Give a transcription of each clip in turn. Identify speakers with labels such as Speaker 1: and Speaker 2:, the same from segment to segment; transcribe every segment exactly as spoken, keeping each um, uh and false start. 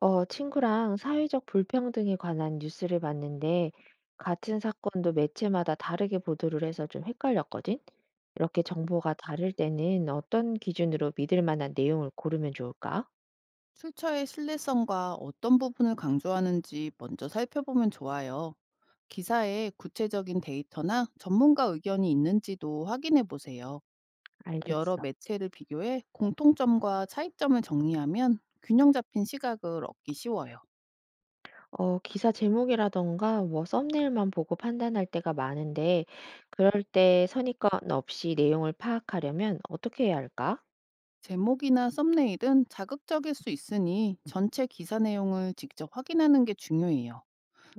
Speaker 1: 어, 친구랑 사회적 불평등에 관한 뉴스를 봤는데, 같은 사건도 매체마다 다르게 보도를 해서 좀 헷갈렸거든? 이렇게 정보가 다를 때는 어떤 기준으로 믿을 만한 내용을 고르면 좋을까?
Speaker 2: 출처의 신뢰성과 어떤 부분을 강조하는지 먼저 살펴보면 좋아요. 기사에 구체적인 데이터나 전문가 의견이 있는지도 확인해 보세요. 여러
Speaker 1: 알겠어.
Speaker 2: 매체를 비교해 공통점과 차이점을 정리하면 균형 잡힌 시각을 얻기 쉬워요.
Speaker 1: 어, 기사 제목이라던가 뭐 썸네일만 보고 판단할 때가 많은데, 그럴 때 선입견 없이 내용을 파악하려면 어떻게 해야 할까?
Speaker 2: 제목이나 썸네일은 자극적일 수 있으니 전체 기사 내용을 직접 확인하는 게 중요해요.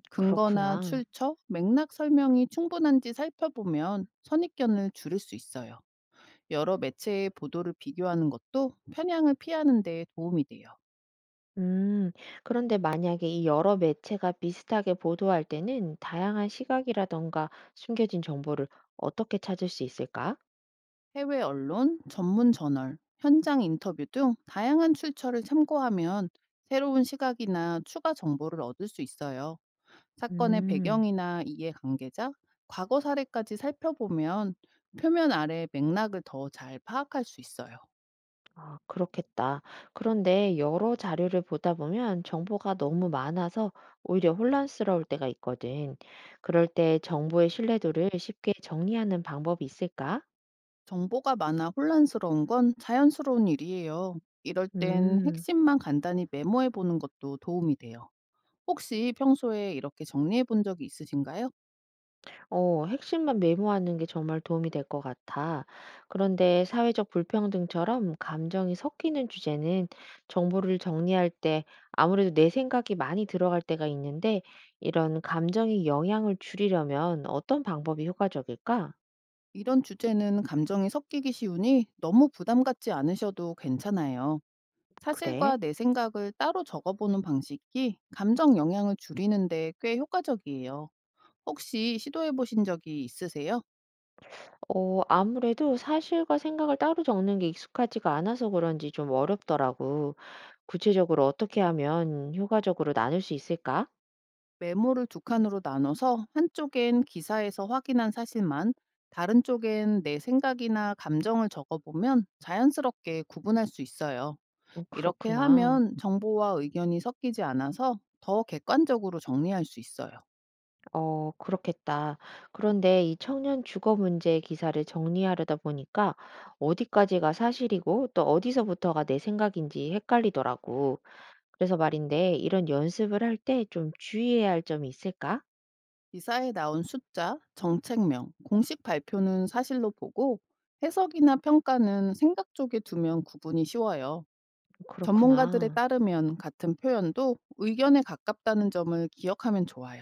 Speaker 2: 근거나
Speaker 1: 그렇구나.
Speaker 2: 출처, 맥락 설명이 충분한지 살펴보면 선입견을 줄일 수 있어요. 여러 매체의 보도를 비교하는 것도 편향을 피하는 데 도움이 돼요.
Speaker 1: 음, 그런데 만약에 이 여러 매체가 비슷하게 보도할 때는 다양한 시각이라던가 숨겨진 정보를 어떻게 찾을 수 있을까?
Speaker 2: 해외 언론, 전문 저널, 현장 인터뷰 등 다양한 출처를 참고하면 새로운 시각이나 추가 정보를 얻을 수 있어요. 사건의
Speaker 1: 음,
Speaker 2: 배경이나 이해 관계자, 과거 사례까지 살펴보면 표면 아래의 맥락을 더 잘 파악할 수 있어요.
Speaker 1: 아, 그렇겠다. 그런데 여러 자료를 보다 보면 정보가 너무 많아서 오히려 혼란스러울 때가 있거든. 그럴 때 정보의 신뢰도를 쉽게 정리하는 방법이 있을까?
Speaker 2: 정보가 많아 혼란스러운 건 자연스러운 일이에요. 이럴 땐
Speaker 1: 음.
Speaker 2: 핵심만 간단히 메모해 보는 것도 도움이 돼요. 혹시 평소에 이렇게 정리해 본 적이 있으신가요?
Speaker 1: 어, 핵심만 메모하는 게 정말 도움이 될 것 같아. 그런데 사회적 불평등처럼 감정이 섞이는 주제는 정보를 정리할 때 아무래도 내 생각이 많이 들어갈 때가 있는데 이런 감정의 영향을 줄이려면 어떤 방법이 효과적일까?
Speaker 2: 이런 주제는 감정이 섞이기 쉬우니 너무 부담 갖지 않으셔도 괜찮아요.
Speaker 1: 그래?
Speaker 2: 사실과 내 생각을 따로 적어보는 방식이 감정 영향을 줄이는데 꽤 효과적이에요. 혹시 시도해 보신 적이 있으세요?
Speaker 1: 어, 아무래도 사실과 생각을 따로 적는 게 익숙하지가 않아서 그런지 좀 어렵더라고. 구체적으로 어떻게 하면 효과적으로 나눌 수 있을까?
Speaker 2: 메모를 두 칸으로 나눠서 한쪽엔 기사에서 확인한 사실만, 다른 쪽엔 내 생각이나 감정을 적어보면 자연스럽게 구분할 수 있어요.
Speaker 1: 어,
Speaker 2: 이렇게
Speaker 1: 그렇구나.
Speaker 2: 하면 정보와 의견이 섞이지 않아서 더 객관적으로 정리할 수 있어요.
Speaker 1: 어, 그렇겠다. 그런데 이 청년 주거 문제 기사를 정리하려다 보니까 어디까지가 사실이고 또 어디서부터가 내 생각인지 헷갈리더라고. 그래서 말인데 이런 연습을 할 때 좀 주의해야 할 점이 있을까?
Speaker 2: 기사에 나온 숫자, 정책명, 공식 발표는 사실로 보고 해석이나 평가는 생각 쪽에 두면 구분이 쉬워요. 전문가들에
Speaker 1: 그렇구나.
Speaker 2: 따르면 같은 표현도 의견에 가깝다는 점을 기억하면 좋아요.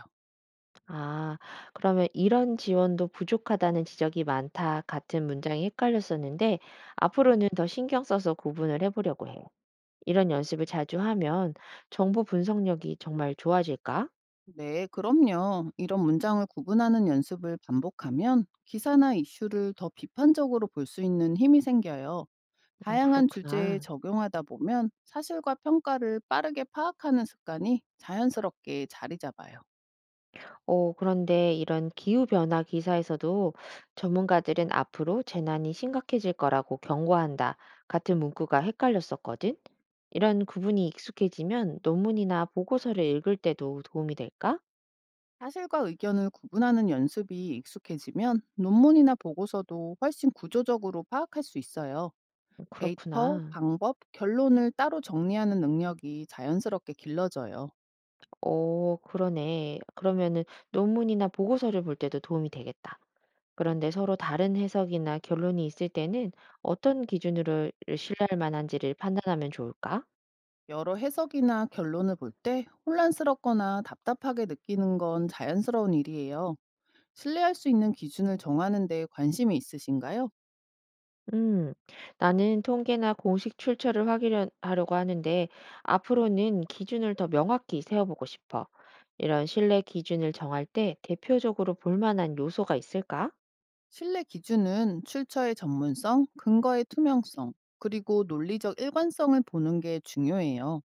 Speaker 1: 아, 그러면 이런 지원도 부족하다는 지적이 많다 같은 문장이 헷갈렸었는데 앞으로는 더 신경 써서 구분을 해보려고 해. 이런 연습을 자주 하면 정보 분석력이 정말 좋아질까?
Speaker 2: 네, 그럼요. 이런 문장을 구분하는 연습을 반복하면 기사나 이슈를 더 비판적으로 볼 수 있는 힘이 생겨요.
Speaker 1: 음,
Speaker 2: 다양한 주제에
Speaker 1: 그렇구나.
Speaker 2: 적용하다 보면 사실과 평가를 빠르게 파악하는 습관이 자연스럽게 자리 잡아요.
Speaker 1: 어, 그런데 이런 기후변화 기사에서도 전문가들은 앞으로 재난이 심각해질 거라고 경고한다. 같은 문구가 헷갈렸었거든. 이런 구분이 익숙해지면 논문이나 보고서를 읽을 때도 도움이 될까?
Speaker 2: 사실과 의견을 구분하는 연습이 익숙해지면 논문이나 보고서도 훨씬 구조적으로 파악할 수 있어요.
Speaker 1: 음,
Speaker 2: 데이터,
Speaker 1: 그렇구나.
Speaker 2: 방법, 결론을 따로 정리하는 능력이 자연스럽게 길러져요.
Speaker 1: 어, 그러네. 그러면은 논문이나 보고서를 볼 때도 도움이 되겠다. 그런데 서로 다른 해석이나 결론이 있을 때는 어떤 기준으로 신뢰할 만한지를 판단하면 좋을까?
Speaker 2: 여러 해석이나 결론을 볼 때 혼란스럽거나 답답하게 느끼는 건 자연스러운 일이에요. 신뢰할 수 있는 기준을 정하는 데 관심이 있으신가요?
Speaker 1: 음, 나는 통계나 공식 출처를 확인하려고 하는데 앞으로는 기준을 더 명확히 세워보고 싶어. 이런 신뢰 기준을 정할 때 대표적으로 볼 만한 요소가 있을까?
Speaker 2: 신뢰 기준은 출처의 전문성, 근거의 투명성, 그리고 논리적 일관성을 보는 게 중요해요.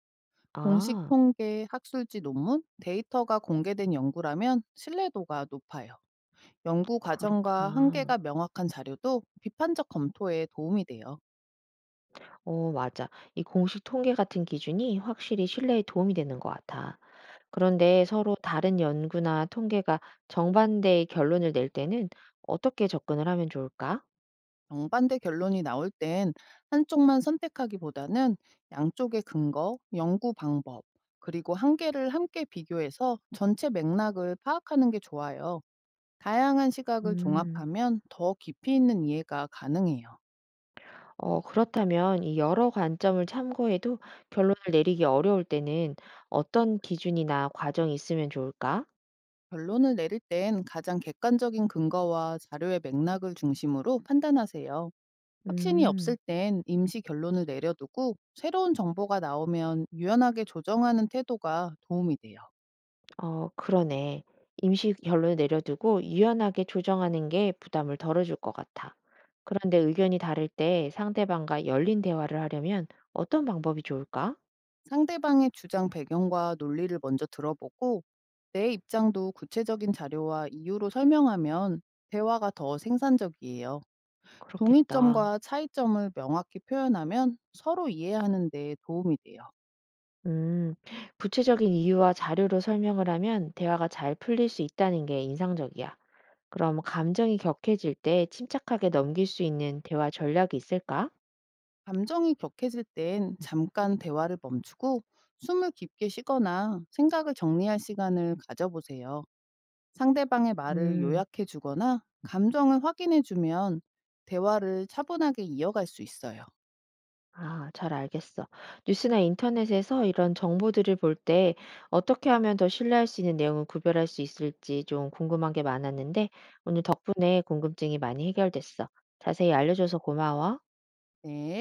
Speaker 2: 공식
Speaker 1: 아,
Speaker 2: 통계, 학술지 논문, 데이터가 공개된 연구라면 신뢰도가 높아요. 연구 과정과
Speaker 1: 그렇구나.
Speaker 2: 한계가 명확한 자료도 비판적 검토에 도움이 돼요.
Speaker 1: 어, 맞아. 이 공식 통계 같은 기준이 확실히 신뢰에 도움이 되는 것 같아. 그런데 서로 다른 연구나 통계가 정반대의 결론을 낼 때는 어떻게 접근을 하면 좋을까?
Speaker 2: 정반대 결론이 나올 땐 한쪽만 선택하기보다는 양쪽의 근거, 연구 방법, 그리고 한계를 함께 비교해서 전체 맥락을 파악하는 게 좋아요. 다양한 시각을
Speaker 1: 음.
Speaker 2: 종합하면 더 깊이 있는 이해가 가능해요.
Speaker 1: 어 그렇다면 이 여러 관점을 참고해도 결론을 내리기 어려울 때는 어떤 기준이나 과정이 있으면 좋을까?
Speaker 2: 결론을 내릴 땐 가장 객관적인 근거와 자료의 맥락을 중심으로 판단하세요. 확신이 없을
Speaker 1: 음,
Speaker 2: 땐 임시 결론을 내려두고 새로운 정보가 나오면 유연하게 조정하는 태도가 도움이 돼요.
Speaker 1: 어, 그러네. 임시 결론을 내려두고 유연하게 조정하는 게 부담을 덜어줄 것 같아. 그런데 의견이 다를 때 상대방과 열린 대화를 하려면 어떤 방법이 좋을까?
Speaker 2: 상대방의 주장 배경과 논리를 먼저 들어보고 내 입장도 구체적인 자료와 이유로 설명하면 대화가 더 생산적이에요.
Speaker 1: 그렇겠다.
Speaker 2: 동의점과 차이점을 명확히 표현하면 서로 이해하는 데 도움이 돼요.
Speaker 1: 음, 구체적인 이유와 자료로 설명을 하면 대화가 잘 풀릴 수 있다는 게 인상적이야. 그럼 감정이 격해질 때 침착하게 넘길 수 있는 대화 전략이 있을까?
Speaker 2: 감정이 격해질 땐 잠깐 대화를 멈추고 숨을 깊게 쉬거나 생각을 정리할 시간을 가져보세요. 상대방의 말을
Speaker 1: 음,
Speaker 2: 요약해 주거나 감정을 확인해 주면 대화를 차분하게 이어갈 수 있어요.
Speaker 1: 아, 잘 알겠어. 뉴스나 인터넷에서 이런 정보들을 볼 때 어떻게 하면 더 신뢰할 수 있는 내용을 구별할 수 있을지 좀 궁금한 게 많았는데 오늘 덕분에 궁금증이 많이 해결됐어. 자세히 알려줘서 고마워.
Speaker 2: 네.